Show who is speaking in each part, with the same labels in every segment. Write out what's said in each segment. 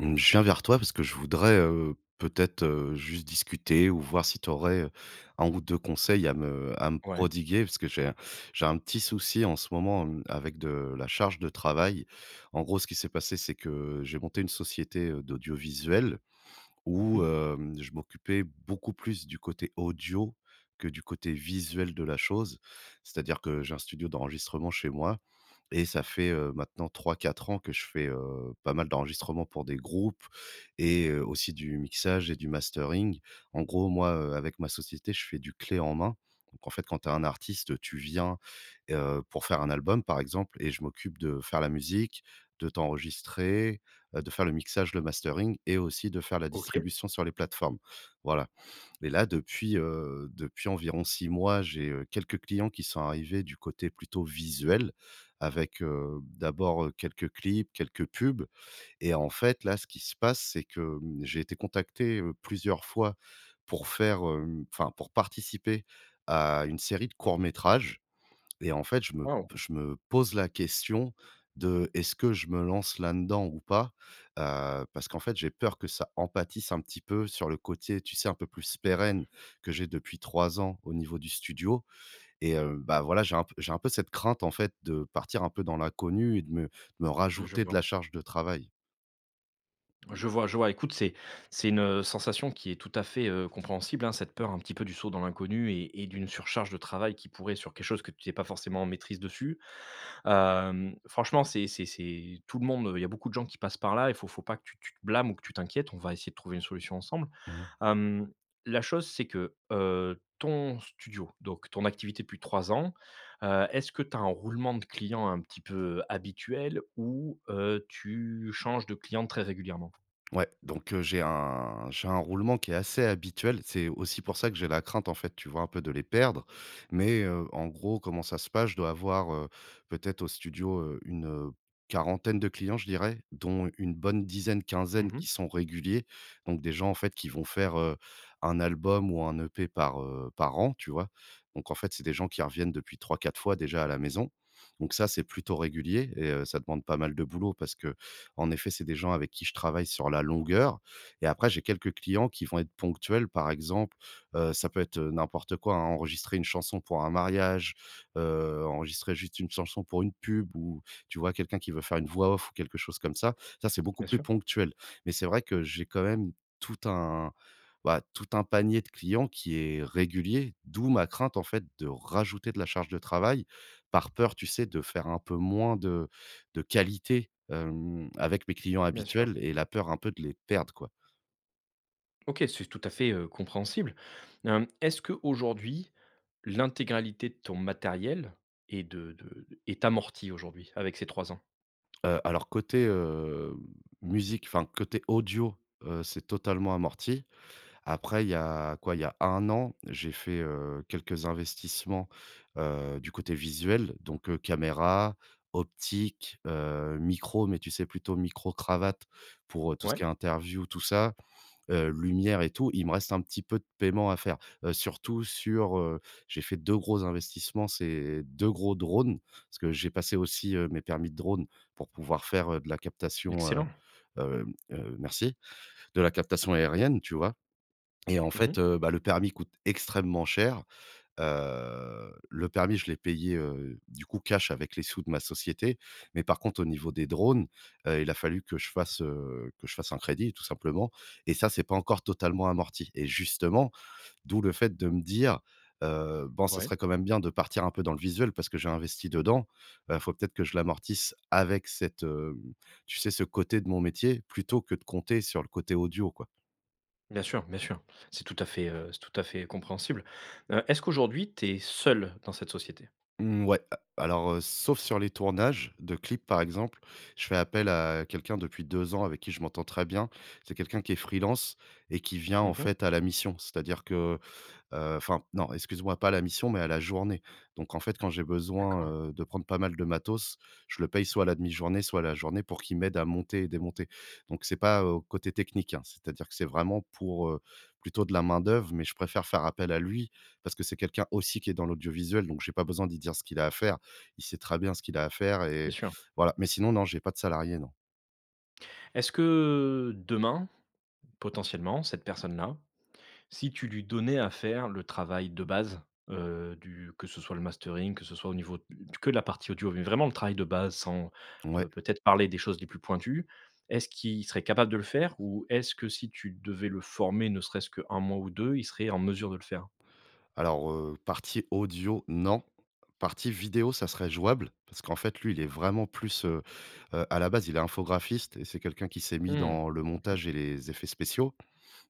Speaker 1: Mmh, je viens vers toi parce que je voudrais, peut-être, juste discuter ou voir si tu aurais, un ou 2 conseils à me
Speaker 2: Ouais.
Speaker 1: prodiguer parce que j'ai un petit souci en ce moment, avec de la charge de travail. En gros, ce qui s'est passé, c'est que j'ai monté une société, d'audiovisuel
Speaker 2: Mmh.
Speaker 1: où je m'occupais beaucoup plus du côté audio que du côté visuel de la chose. C'est-à-dire que j'ai un studio d'enregistrement chez moi et ça fait, maintenant trois quatre ans que je fais, pas mal d'enregistrements pour des groupes et aussi du mixage et du mastering. En gros, moi, avec ma société, je fais du clé en main. Donc en fait, quand tu as un artiste, tu viens, pour faire un album, par exemple, et je m'occupe de faire la musique, de t'enregistrer, de faire le mixage, le mastering et aussi de faire la
Speaker 2: OK.
Speaker 1: distribution sur les plateformes. Voilà. Et là depuis, depuis environ 6 mois, j'ai, quelques clients qui sont arrivés du côté plutôt visuel avec, d'abord, quelques clips, quelques pubs et en fait, là, ce qui se passe, c'est que, j'ai été contacté, plusieurs fois pour faire, enfin, pour participer à une série de courts métrages et en fait, je me
Speaker 2: Waouh!
Speaker 1: je me pose la question de: «Est-ce que je me lance là-dedans ou pas?» Parce qu'en fait, j'ai peur que ça empâtisse un petit peu sur le côté, tu sais, un peu plus pérenne que j'ai depuis 3 ans au niveau du studio et bah, voilà, j'ai un peu cette crainte, en fait, de partir un peu dans l'inconnu et de me
Speaker 2: Je
Speaker 1: rajouter de
Speaker 2: vois.
Speaker 1: la charge de travail.
Speaker 2: Je vois, je vois. Écoute, c'est une, sensation qui est tout à fait compréhensible, hein, cette peur un petit peu du saut dans l'inconnu et d'une surcharge de travail qui pourrait sur quelque chose que tu n'es pas forcément en maîtrise dessus. Franchement, c'est tout le monde, il y a beaucoup de gens qui passent par là. Il faut pas que tu te blâmes ou que tu t'inquiètes. On va essayer de trouver une solution ensemble.
Speaker 1: Mmh.
Speaker 2: Hem, la chose, c'est que ton studio, donc ton activité depuis 3 ans, est-ce que tu as un roulement de clients un petit peu habituel ou tu changes de clients très régulièrement?
Speaker 1: Ouais, donc j'ai un roulement qui est assez habituel. C'est aussi pour ça que j'ai la crainte, en fait, tu vois, un peu de les perdre. Mais en gros, comment ça se passe? Je dois avoir, peut-être au studio, une, quarantaine de clients, je dirais, dont une bonne dizaine, quinzaine
Speaker 2: Mmh.
Speaker 1: qui sont réguliers. Donc des gens, en fait, qui vont faire, 1 album ou un EP par an, tu vois? Donc en fait, c'est des gens qui reviennent depuis trois quatre fois déjà à la maison. Donc ça, c'est plutôt régulier et ça demande pas mal de boulot parce que, en effet, c'est des gens avec qui je travaille sur la longueur et après j'ai quelques clients qui vont être ponctuels. Par exemple, ça peut être, n'importe quoi, hein, enregistrer une chanson pour un mariage, enregistrer juste une chanson pour une pub ou tu vois, quelqu'un qui veut faire une voix off ou quelque chose comme ça. Ça, c'est beaucoup
Speaker 2: Bien
Speaker 1: plus
Speaker 2: sûr,
Speaker 1: ponctuel. Mais c'est vrai que j'ai quand même tout un, bah, tout un panier de clients qui est régulier, d'où ma crainte, en fait, de rajouter de la charge de travail par peur, tu sais, de faire un peu moins de qualité, avec mes clients
Speaker 2: bien sûr.
Speaker 1: habituels et la peur un peu de les perdre, quoi.
Speaker 2: OK, c'est tout à fait compréhensible. Est-ce que aujourd'hui l'intégralité de ton matériel est de est amortie aujourd'hui avec ces 3 ans?
Speaker 1: Alors côté, musique, enfin côté audio, c'est totalement amorti. Après il y a quoi? Il y a 1 an, j'ai fait, quelques investissements, du côté visuel, donc caméra, optique, micro, mais tu sais plutôt micro cravate pour, tout ce
Speaker 2: Ouais,
Speaker 1: qui est interview, tout ça. Lumière et tout, il me reste un petit peu de paiement à faire. Surtout sur, j'ai fait 2 gros investissements, c'est 2 gros drones, parce que j'ai passé aussi, mes permis de drone pour pouvoir faire, de la captation,
Speaker 2: excellent.
Speaker 1: merci, de la captation aérienne, tu vois? Et en
Speaker 2: Mmh.
Speaker 1: fait, bah, le permis coûte extrêmement cher. Le permis, je l'ai payé, du coup cash avec les sous de ma société. Mais par contre au niveau des drones, il a fallu que je fasse, que je fasse un crédit tout simplement et ça, c'est pas encore totalement amorti et justement, d'où le fait de me dire: «Bon, ça
Speaker 2: Ouais,
Speaker 1: serait quand même bien de partir un peu dans le visuel parce que j'ai investi dedans, il faut peut-être que je l'amortisse avec cette, tu sais, ce côté de mon métier plutôt que de compter sur le côté audio, quoi».
Speaker 2: bien sûr, bien sûr. C'est tout à fait, c'est tout à fait compréhensible. Est-ce qu'aujourd'hui tu es seul dans cette société?
Speaker 1: Mmh, ouais, a alors, sauf sur les tournages de clips, par exemple, je fais appel à quelqu'un depuis 2 ans avec qui je m'entends très bien. C'est quelqu'un qui est freelance et qui vient, en
Speaker 2: Mmh.
Speaker 1: fait, à la mission. C'est-à-dire que. Enfin non, excuse-moi, pas à la mission, mais à la journée. Donc en fait, quand j'ai
Speaker 2: D'accord,
Speaker 1: besoin, de prendre pas mal de matos, je le paye soit à la demi-journée, soit à la journée pour qu'il m'aide à monter et démonter. Donc c'est pas, côté technique, hein, c'est-à-dire que c'est vraiment pour, plutôt de la main-d'œuvre, mais je préfère faire appel à lui parce que c'est quelqu'un aussi qui est dans l'audiovisuel, donc j'ai pas besoin d'y dire ce qu'il a à faire. Il sait très bien ce qu'il a à faire
Speaker 2: bien
Speaker 1: et
Speaker 2: sûr.
Speaker 1: voilà. Mais sinon, non, j'ai pas de salarié, non.
Speaker 2: Est-ce que, demain, potentiellement, cette personne-là. Si tu lui donnais à faire le travail de base, du que ce soit le mastering, que ce soit au niveau de- que de la partie audio, mais vraiment le travail de base sans,
Speaker 1: Ouais,
Speaker 2: heu, peut-être parler des choses les plus pointues, est-ce qu'il serait capable de le faire? Ou est-ce que si tu devais le former ne serait-ce qu'1 mois ou 2 il serait en mesure de le faire?
Speaker 1: alors, partie audio, non. Partie vidéo, ça serait jouable parce qu'en fait, lui, il est vraiment plus, à la base, il est infographiste et c'est quelqu'un qui s'est mis
Speaker 2: Mmh,
Speaker 1: dans le montage et les effets spéciaux.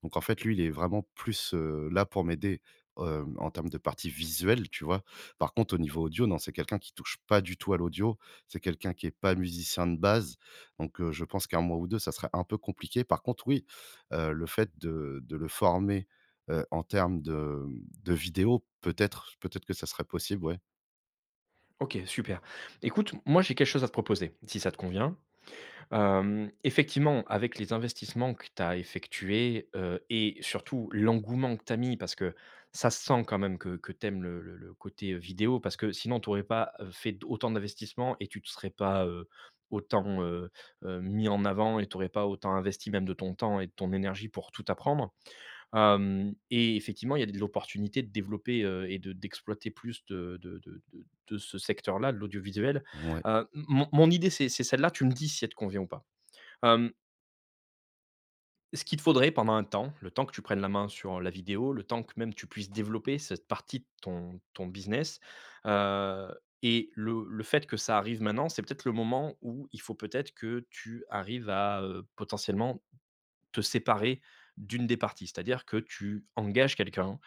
Speaker 1: Donc en fait, lui, il est vraiment plus, là pour m'aider, en termes de partie visuelle, tu vois? Par contre, au niveau audio, non, c'est quelqu'un qui touche pas du tout à l'audio. C'est quelqu'un qui est pas musicien de base. Donc je pense qu'un mois ou 2, ça serait un peu compliqué. Par contre, oui, le fait de le former, en termes de, mmh, de vidéo, peut-être que ça serait possible, ouais.
Speaker 2: OK, super. Écoute, moi j'ai quelque chose à te proposer, si ça te convient. Effectivement, avec les investissements que tu as effectués, et surtout l'engouement que tu as mis, parce que ça se sent quand même que tu aimes le côté vidéo, parce que sinon tu n'aurais pas fait d autant d'investissements et tu ne te serais pas autant mis en avant et tu n'aurais pas autant investi même de ton temps et de ton énergie pour tout apprendre. Et effectivement, il y a de l'opportunité de développer, et de d'exploiter plus de ce secteur-là, de l'audiovisuel.
Speaker 1: Ouais.
Speaker 2: Mon idée, c'est celle-là, tu me dis si elle te convient ou pas? Hem, ce qu'il te faudrait pendant un temps, le temps que tu prennes la main sur la vidéo, le temps que même tu puisses développer cette partie de ton business, heu et le fait que ça arrive maintenant, c'est peut-être le moment où il faut peut-être que tu arrives à potentiellement te séparer d'une des parties. C'est-à-dire que tu engages quelqu'un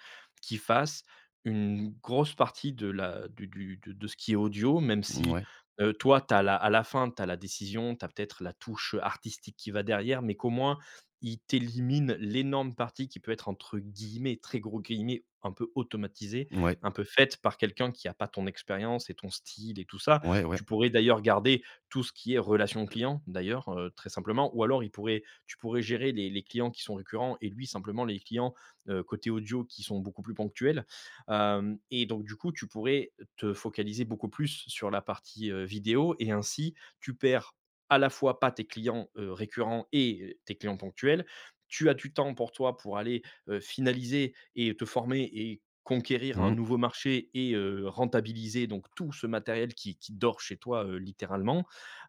Speaker 2: qui fasse une grosse partie de la du de ce qui est audio, même si,
Speaker 1: Mouais.
Speaker 2: heu, toi, t'as la à la fin, tu as la décision, tu as peut-être la touche artistique qui va derrière, mais qu'au moins, il t'élimine l'énorme partie qui peut être entre guillemets, très gros guillemets, un peu automatisée,
Speaker 1: Ouais.
Speaker 2: un peu faite par quelqu'un qui n'a pas ton expérience et ton style et tout ça.
Speaker 1: Ouais, ouais.
Speaker 2: Tu pourrais d'ailleurs garder tout ce qui est relation client d'ailleurs, très simplement ou alors il pourrait tu pourrais gérer les clients qui sont récurrents et lui simplement les clients côté audio qui sont beaucoup plus ponctuels. Et donc du coup, tu pourrais te focaliser beaucoup plus sur la partie vidéo et ainsi tu perds à la fois pas tes clients récurrents et tes clients ponctuels. Tu as du temps pour toi pour aller finaliser et te former et conquérir un
Speaker 1: Mmh.
Speaker 2: nouveau marché et rentabiliser donc tout ce matériel qui dort chez toi, littéralement.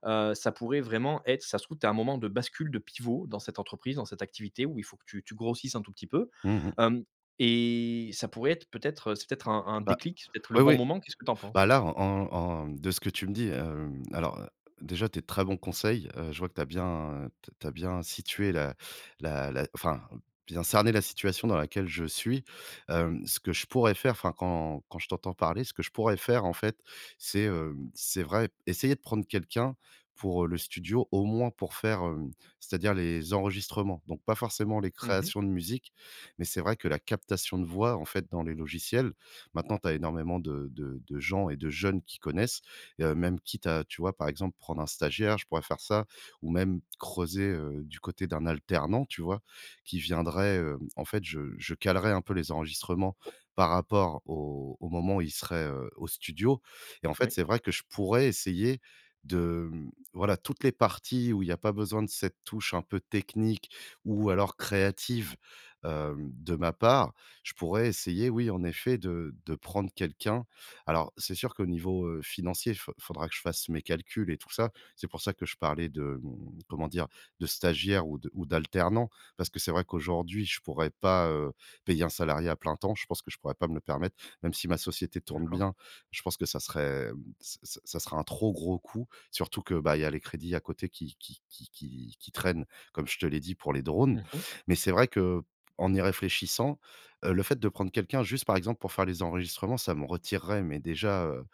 Speaker 2: Ça pourrait vraiment être, ça se trouve, tu as un moment de bascule, de pivot dans cette entreprise, dans cette activité où il faut que tu grossisses un tout petit peu.
Speaker 1: Mmh, mmh.
Speaker 2: Hem et ça pourrait être peut-être, c'est peut-être un
Speaker 1: Bah,
Speaker 2: déclic, c'est peut-être le
Speaker 1: oui,
Speaker 2: bon
Speaker 1: oui.
Speaker 2: moment. Qu'est-ce que tu en
Speaker 1: Bah,
Speaker 2: penses?
Speaker 1: là, en de ce que tu me dis, alors, déjà tes très bons conseils, je vois que tu as bien t'as bien situé la la la enfin, bien cerné la situation dans laquelle je suis. Ce que je pourrais faire, enfin, quand je t'entends parler, ce que je pourrais faire, en fait, c'est, c'est vrai, essayer de prendre quelqu'un pour, le studio, au moins pour faire, c'est-à-dire les enregistrements. Donc pas forcément les
Speaker 2: Mmh.
Speaker 1: créations de musique, mais c'est vrai que la captation de voix, en fait, dans les logiciels. Maintenant, tu as énormément de gens et de jeunes qui connaissent, même quitte à, tu vois, par exemple, prendre un stagiaire, je pourrais faire ça ou même creuser, du côté d'un alternant, tu vois? Qui viendrait, en fait, je calerais un peu les enregistrements par rapport au moment où il serait, au studio et en fait,
Speaker 2: Oui,
Speaker 1: c'est vrai que je pourrais essayer de, voilà, toutes les parties où il n'y a pas besoin de cette touche un peu technique ou alors créative, de ma part, je pourrais essayer, oui, en effet, de prendre quelqu'un. Alors, c'est sûr qu'au niveau, financier, il faudra que je fasse mes calculs et tout ça. C'est pour ça que je parlais de, comment dire? De stagiaire ou de ou d'alternant, parce que c'est vrai qu'aujourd'hui, je pourrais pas, payer un salarié à plein temps. Je pense que je pourrais pas me le permettre. Même si ma société tourne
Speaker 2: d'accord.
Speaker 1: bien, je pense que ça serait, ç ça serait un trop gros coût, surtout que, bah, il y a les crédits à côté qui traînent, comme je te l'ai dit, pour les drones.
Speaker 2: Mmh.
Speaker 1: Mais c'est vrai que en y réfléchissant, le fait de prendre quelqu'un juste, par exemple, pour faire les enregistrements, ça me retirerait, mais déjà,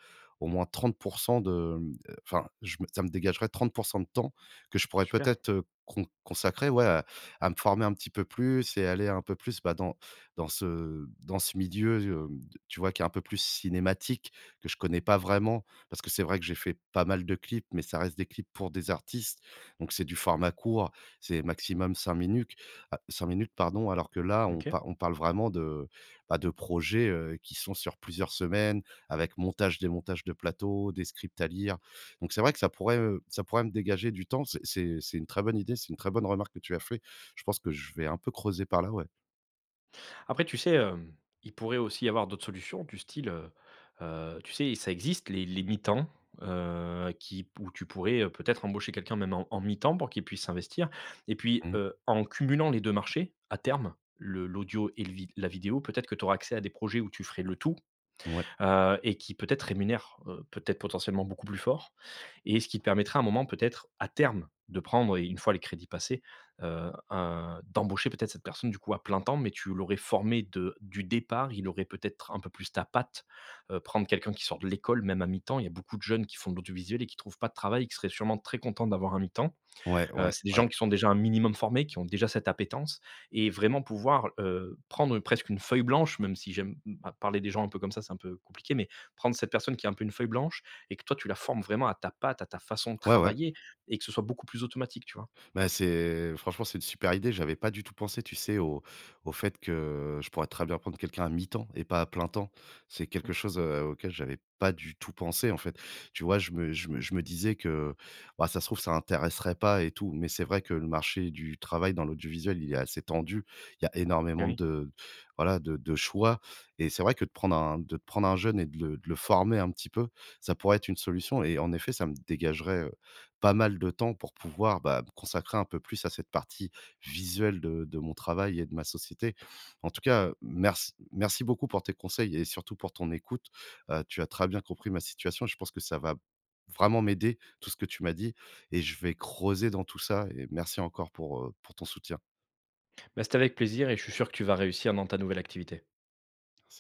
Speaker 1: au moins 30 de, mmh, enfin, je me ça me dégagerait 30% de temps que je pourrais
Speaker 2: Super.
Speaker 1: peut-être, consacrer, ouais, à me former un petit peu plus et aller un peu plus, bah, dans ce milieu, hem, tu vois, qui est un peu plus cinématique, que je connais pas vraiment. Parce que c'est vrai que j'ai fait pas mal de clips, mais ça reste des clips pour des artistes, donc c'est du format court, c'est maximum 5 minutes, ah, 5 minutes, pardon, alors que là,
Speaker 2: OK.
Speaker 1: on parle vraiment de, bah, de projets, qui sont sur plusieurs semaines avec montage, démontage de plateaux, des scripts à lire. Donc c'est vrai que ça pourrait, ça pourrait me dégager du temps. C'est une très bonne idée, c'est une très bonne remarque que tu as fait. Je pense que je vais un peu creuser par là, ouais.
Speaker 2: Après, tu sais, il pourrait aussi y avoir d'autres solutions du style, tu sais, ça existe les mi-temps, qui où tu pourrais, peut-être embaucher quelqu'un même en mi-temps pour qu'il puisse s'investir et puis,
Speaker 1: Mmh.
Speaker 2: heu, en cumulant les 2 marchés, à terme, le l'audio et le vid la vidéo, peut-être que tu auras accès à des projets où tu ferais le tout
Speaker 1: Ouais.
Speaker 2: et qui peut-être rémunère, peut-être potentiellement beaucoup plus fort et ce qui te permettrait à un moment peut-être à terme de prendre et une fois les crédits passés, un d'embaucher peut-être cette personne du coup à plein temps mais tu l'aurais formé de du départ, il aurait peut-être un peu plus ta patte, prendre quelqu'un qui sort de l'école même à mi-temps, il y a beaucoup de jeunes qui font de l'audiovisuel et qui trouvent pas de travail, qui seraient sûrement très contents d'avoir un mi-temps.
Speaker 1: Ouais,
Speaker 2: Heu,
Speaker 1: ouais,
Speaker 2: c'est des
Speaker 1: ouais.
Speaker 2: gens qui sont déjà un minimum formés, qui ont déjà cette appétence et vraiment pouvoir, prendre presque une feuille blanche, même si j'aime parler des gens un peu comme ça, c'est un peu compliqué, mais prendre cette personne qui est un peu une feuille blanche et que toi tu la formes vraiment à ta patte, à ta façon de
Speaker 1: Ouais, ouais.
Speaker 2: travailler et que ce soit beaucoup plus automatique, tu vois?
Speaker 1: Bah, c'est franchement, c'est une super idée. J'avais pas du tout pensé, tu sais, au fait que je pourrais très bien prendre quelqu'un à mi-temps et pas à plein temps. C'est
Speaker 2: Mmh,
Speaker 1: quelque chose, auquel j'avais pas du tout pensé, en fait. Tu vois, je me disais que, bah, ça se trouve, ça intéresserait pas et tout, mais c'est vrai que le marché du travail dans l'audiovisuel, il est assez tendu. Il y a
Speaker 2: eh
Speaker 1: énormément
Speaker 2: oui.
Speaker 1: de voilà, de choix et c'est vrai que de prendre un jeune et de le former un petit peu, ça pourrait être une solution et en effet, ça me dégagerait, pas mal de temps pour pouvoir, bah, me consacrer un peu plus à cette partie visuelle de mon travail et de ma société. En tout cas, merci merci beaucoup pour tes conseils et surtout pour ton écoute. Tu as très bien compris ma situation. Je pense que ça va vraiment m'aider, tout ce que tu m'as dit, et je vais creuser dans tout ça et merci encore pour, pour ton soutien.
Speaker 2: Bah, c'était avec plaisir et je suis sûr que tu vas réussir dans ta nouvelle activité.